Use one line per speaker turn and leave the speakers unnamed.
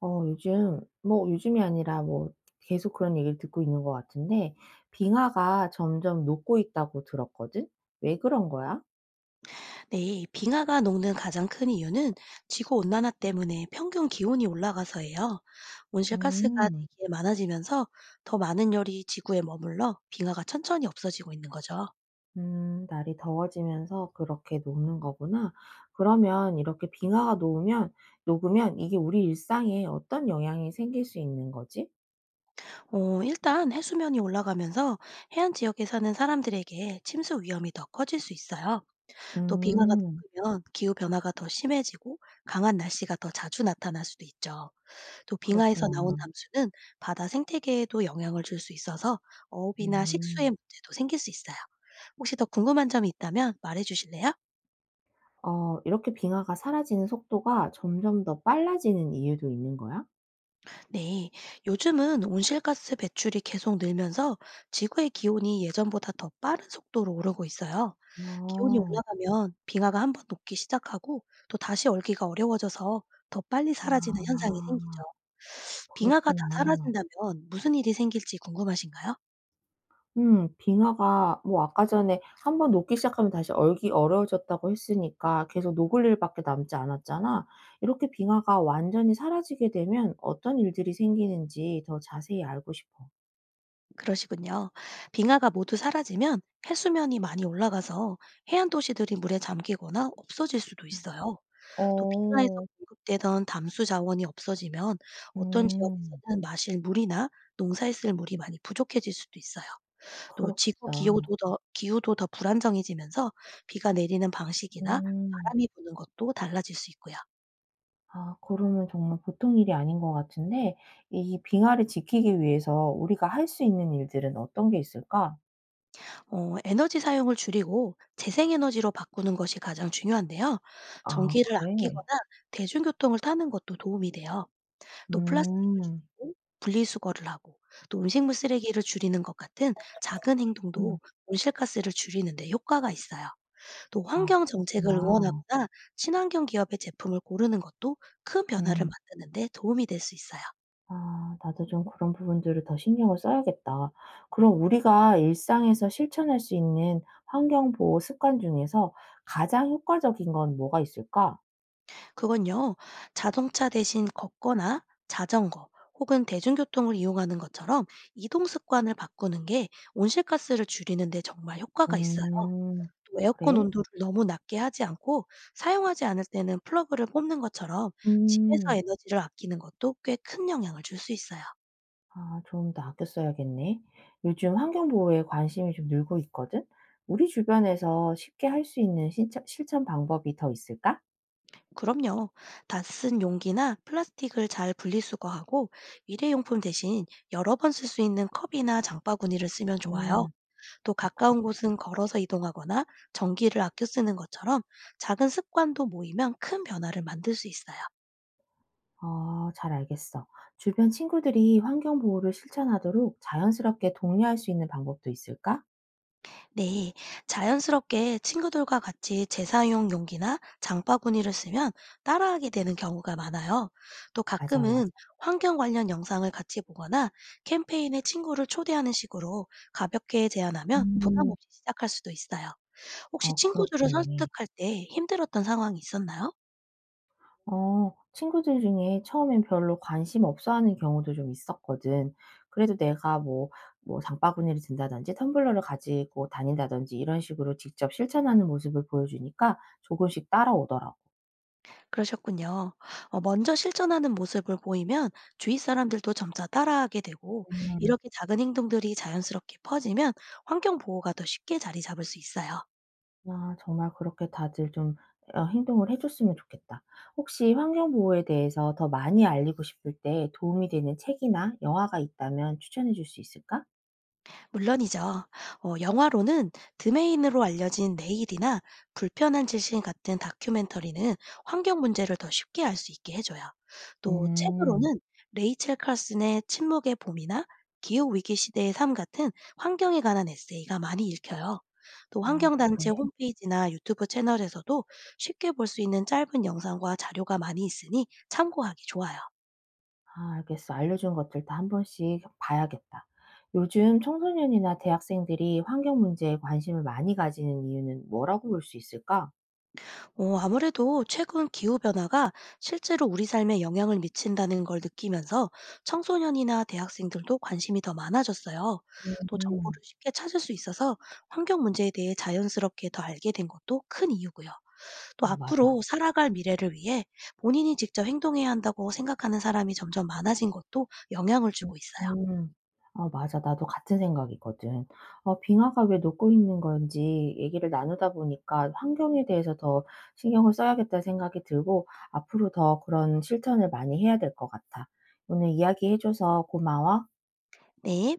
요즘 뭐 요즘이 아니라 뭐 계속 그런 얘기를 듣고 있는 것 같은데 빙하가 점점 녹고 있다고 들었거든? 왜 그런 거야?
네, 빙하가 녹는 가장 큰 이유는 지구 온난화 때문에 평균 기온이 올라가서예요. 온실가스가
음.
대기에 많아지면서 더 많은 열이 지구에 머물러 빙하가 천천히 없어지고 있는 거죠.
음. 날이 더워지면서 그렇게 녹는 거구나. 그러면 이렇게 빙하가 녹으면 이게 우리 일상에 어떤 영향이 생길 수 있는 거지?
일단 해수면이 올라가면서 해안 지역에 사는 사람들에게 침수 위험이 더 커질 수 있어요. 또 빙하가
음.
녹으면 기후 변화가 더 심해지고 강한 날씨가 더 자주 나타날 수도 있죠. 또 빙하에서 나온
그렇구나.
담수는 바다 생태계에도 영향을 줄 수 있어서 어업이나 식수의
음.
문제도 생길 수 있어요. 혹시 더 궁금한 점이 있다면 말해 주실래요?
이렇게 빙하가 사라지는 속도가 점점 더 빨라지는 이유도 있는 거야?
네. 요즘은 온실가스 배출이 계속 늘면서 지구의 기온이 예전보다 더 빠른 속도로 오르고 있어요. 기온이
어.
올라가면 빙하가 한번 녹기 시작하고 또 다시 얼기가 어려워져서 더 빨리 사라지는 현상이 생기죠.
아
빙하가 다
그렇구나.
사라진다면 무슨 일이 생길지 궁금하신가요?
빙하가 뭐 아까 전에 한번 녹기 시작하면 다시 얼기 어려워졌다고 했으니까 계속 녹을 일밖에 남지 않았잖아. 이렇게 빙하가 완전히 사라지게 되면 어떤 일들이 생기는지 더 자세히 알고 싶어.
그러시군요. 빙하가 모두 사라지면 해수면이 많이 올라가서 해안 도시들이 물에 잠기거나 없어질 수도 있어요. 또 빙하에서
어.
공급되던 담수 자원이 없어지면 어떤
음.
지역에서는 마실 물이나 농사에 쓸 물이 많이 부족해질 수도 있어요. 또 지구
그렇겠다.
기후도 더 불안정해지면서 비가 내리는 방식이나
음.
바람이 부는 것도 달라질 수 있고요.
아 그러면 정말 보통 일이 아닌 것 같은데 이 빙하를 지키기 위해서 우리가 할 수 있는 일들은 어떤 게 있을까?
에너지 사용을 줄이고 재생에너지로 바꾸는 것이 가장 중요한데요.
아
전기를
그래?
아끼거나 대중교통을 타는 것도 도움이 돼요. 또 플라스틱을
음.
줄이고 분리수거를 하고 또 음식물 쓰레기를 줄이는 것 같은 작은
음.
행동도 온실가스를 줄이는 데 효과가 있어요. 또
아
환경 정책을
그렇구나.
응원하거나 친환경 기업의 제품을 고르는 것도 큰 변화를
네.
만드는 데 도움이 될 수 있어요.
아 나도 좀 그런 부분들을 더 신경을 써야겠다. 그럼 우리가 일상에서 실천할 수 있는 환경 보호 습관 중에서 가장 효과적인 건 뭐가 있을까?
그건요, 자동차 대신 걷거나 자전거 혹은 대중교통을 이용하는 것처럼 이동 습관을 바꾸는 게 온실가스를 줄이는데 정말 효과가 있어요.
음.
또 에어컨
그래?
온도를 너무 낮게 하지 않고 사용하지 않을 때는 플러그를 뽑는 것처럼 집에서
음.
에너지를 아끼는 것도 꽤 큰 영향을 줄 수 있어요.
아 좀 더 아껴 써야겠네. 요즘 환경 보호에 관심이 좀 늘고 있거든. 우리 주변에서 쉽게 할 수 있는 실천 방법이 더 있을까?
그럼요. 다 쓴 용기나 플라스틱을 잘 분리수거하고 일회용품 대신 여러 번 쓸 수 있는 컵이나 장바구니를 쓰면 좋아요.
음.
또
어
가까운
그렇겠다.
곳은 걸어서 이동하거나 전기를 아껴 쓰는 것처럼 작은 습관도 모이면 큰 변화를 만들 수 있어요.
어, 잘 알겠어. 주변 친구들이 환경 보호를 실천하도록 자연스럽게 독려할 수 있는 방법도 있을까?
네, 자연스럽게 친구들과 같이 재사용 용기나 장바구니를 쓰면 따라하게 되는 경우가 많아요. 또
맞아, 맞아.
가끔은 환경 관련 영상을 같이 보거나 캠페인에 친구를 초대하는 식으로 가볍게 제안하면 부담
음,
없이 시작할 수도 있어요. 혹시 친구들을
그렇겠네.
설득할 때 힘들었던 상황이 있었나요?
친구들 중에 처음엔 별로 관심 없어 하는 경우도 좀 있었거든. 그래도 내가 뭐, 장바구니를 든다든지 텀블러를 가지고 다닌다든지 이런 식으로 직접 실천하는 모습을 보여주니까 조금씩 따라오더라고.
그러셨군요. 어, 먼저 실천하는 모습을 보이면 주위 사람들도 점차 따라하게 되고, 이렇게 작은 행동들이 자연스럽게 퍼지면 환경 보호가 더 쉽게 자리 잡을 수 있어요.
아 정말 그렇게 다들 좀 행동을 해 줬으면 좋겠다. 혹시 환경 보호에 대해서 더 많이 알리고 싶을 때 도움이 되는 책이나 영화가 있다면 추천해 줄 수 있을까?
물론이죠. 영화로는 드메인으로 알려진 내일이나 불편한 질식 같은 다큐멘터리는 환경 문제를 더 쉽게 알 수 있게 해줘요. 또
음.
책으로는 레이첼 칼슨의 침묵의 봄이나 기후 위기 시대의 삶 같은 환경에 관한 에세이가 많이 읽혀요. 또
아 그래?
환경단체 홈페이지나 유튜브 채널에서도 쉽게 볼 수 있는 짧은 영상과 자료가 많이 있으니 참고하기 좋아요.
아 알겠어. 알려준 것들 다 한 번씩 봐야겠다. 요즘 청소년이나 대학생들이 환경 문제에 관심을 많이 가지는 이유는 뭐라고 볼 수 있을까?
아무래도 최근 기후변화가 실제로 우리 삶에 영향을 미친다는 걸 느끼면서 청소년이나 대학생들도 관심이 더 많아졌어요. 또
음.
정보를 쉽게 찾을 수 있어서 환경 문제에 대해 자연스럽게 더 알게 된 것도 큰 이유고요. 또
아 맞아.
앞으로 살아갈 미래를 위해 본인이 직접 행동해야 한다고 생각하는 사람이 점점 많아진 것도 영향을
음
주고 있어요.
음. 아 맞아. 나도 같은 생각이거든. 빙하가 왜 녹고 있는 건지 얘기를 나누다 보니까 '환경에 대해서 더 신경을 써야겠다.'는 생각이 들고 앞으로 더 그런 실천을 많이 해야 될 것 같아. 오늘 이야기해 줘서 고마워.
네.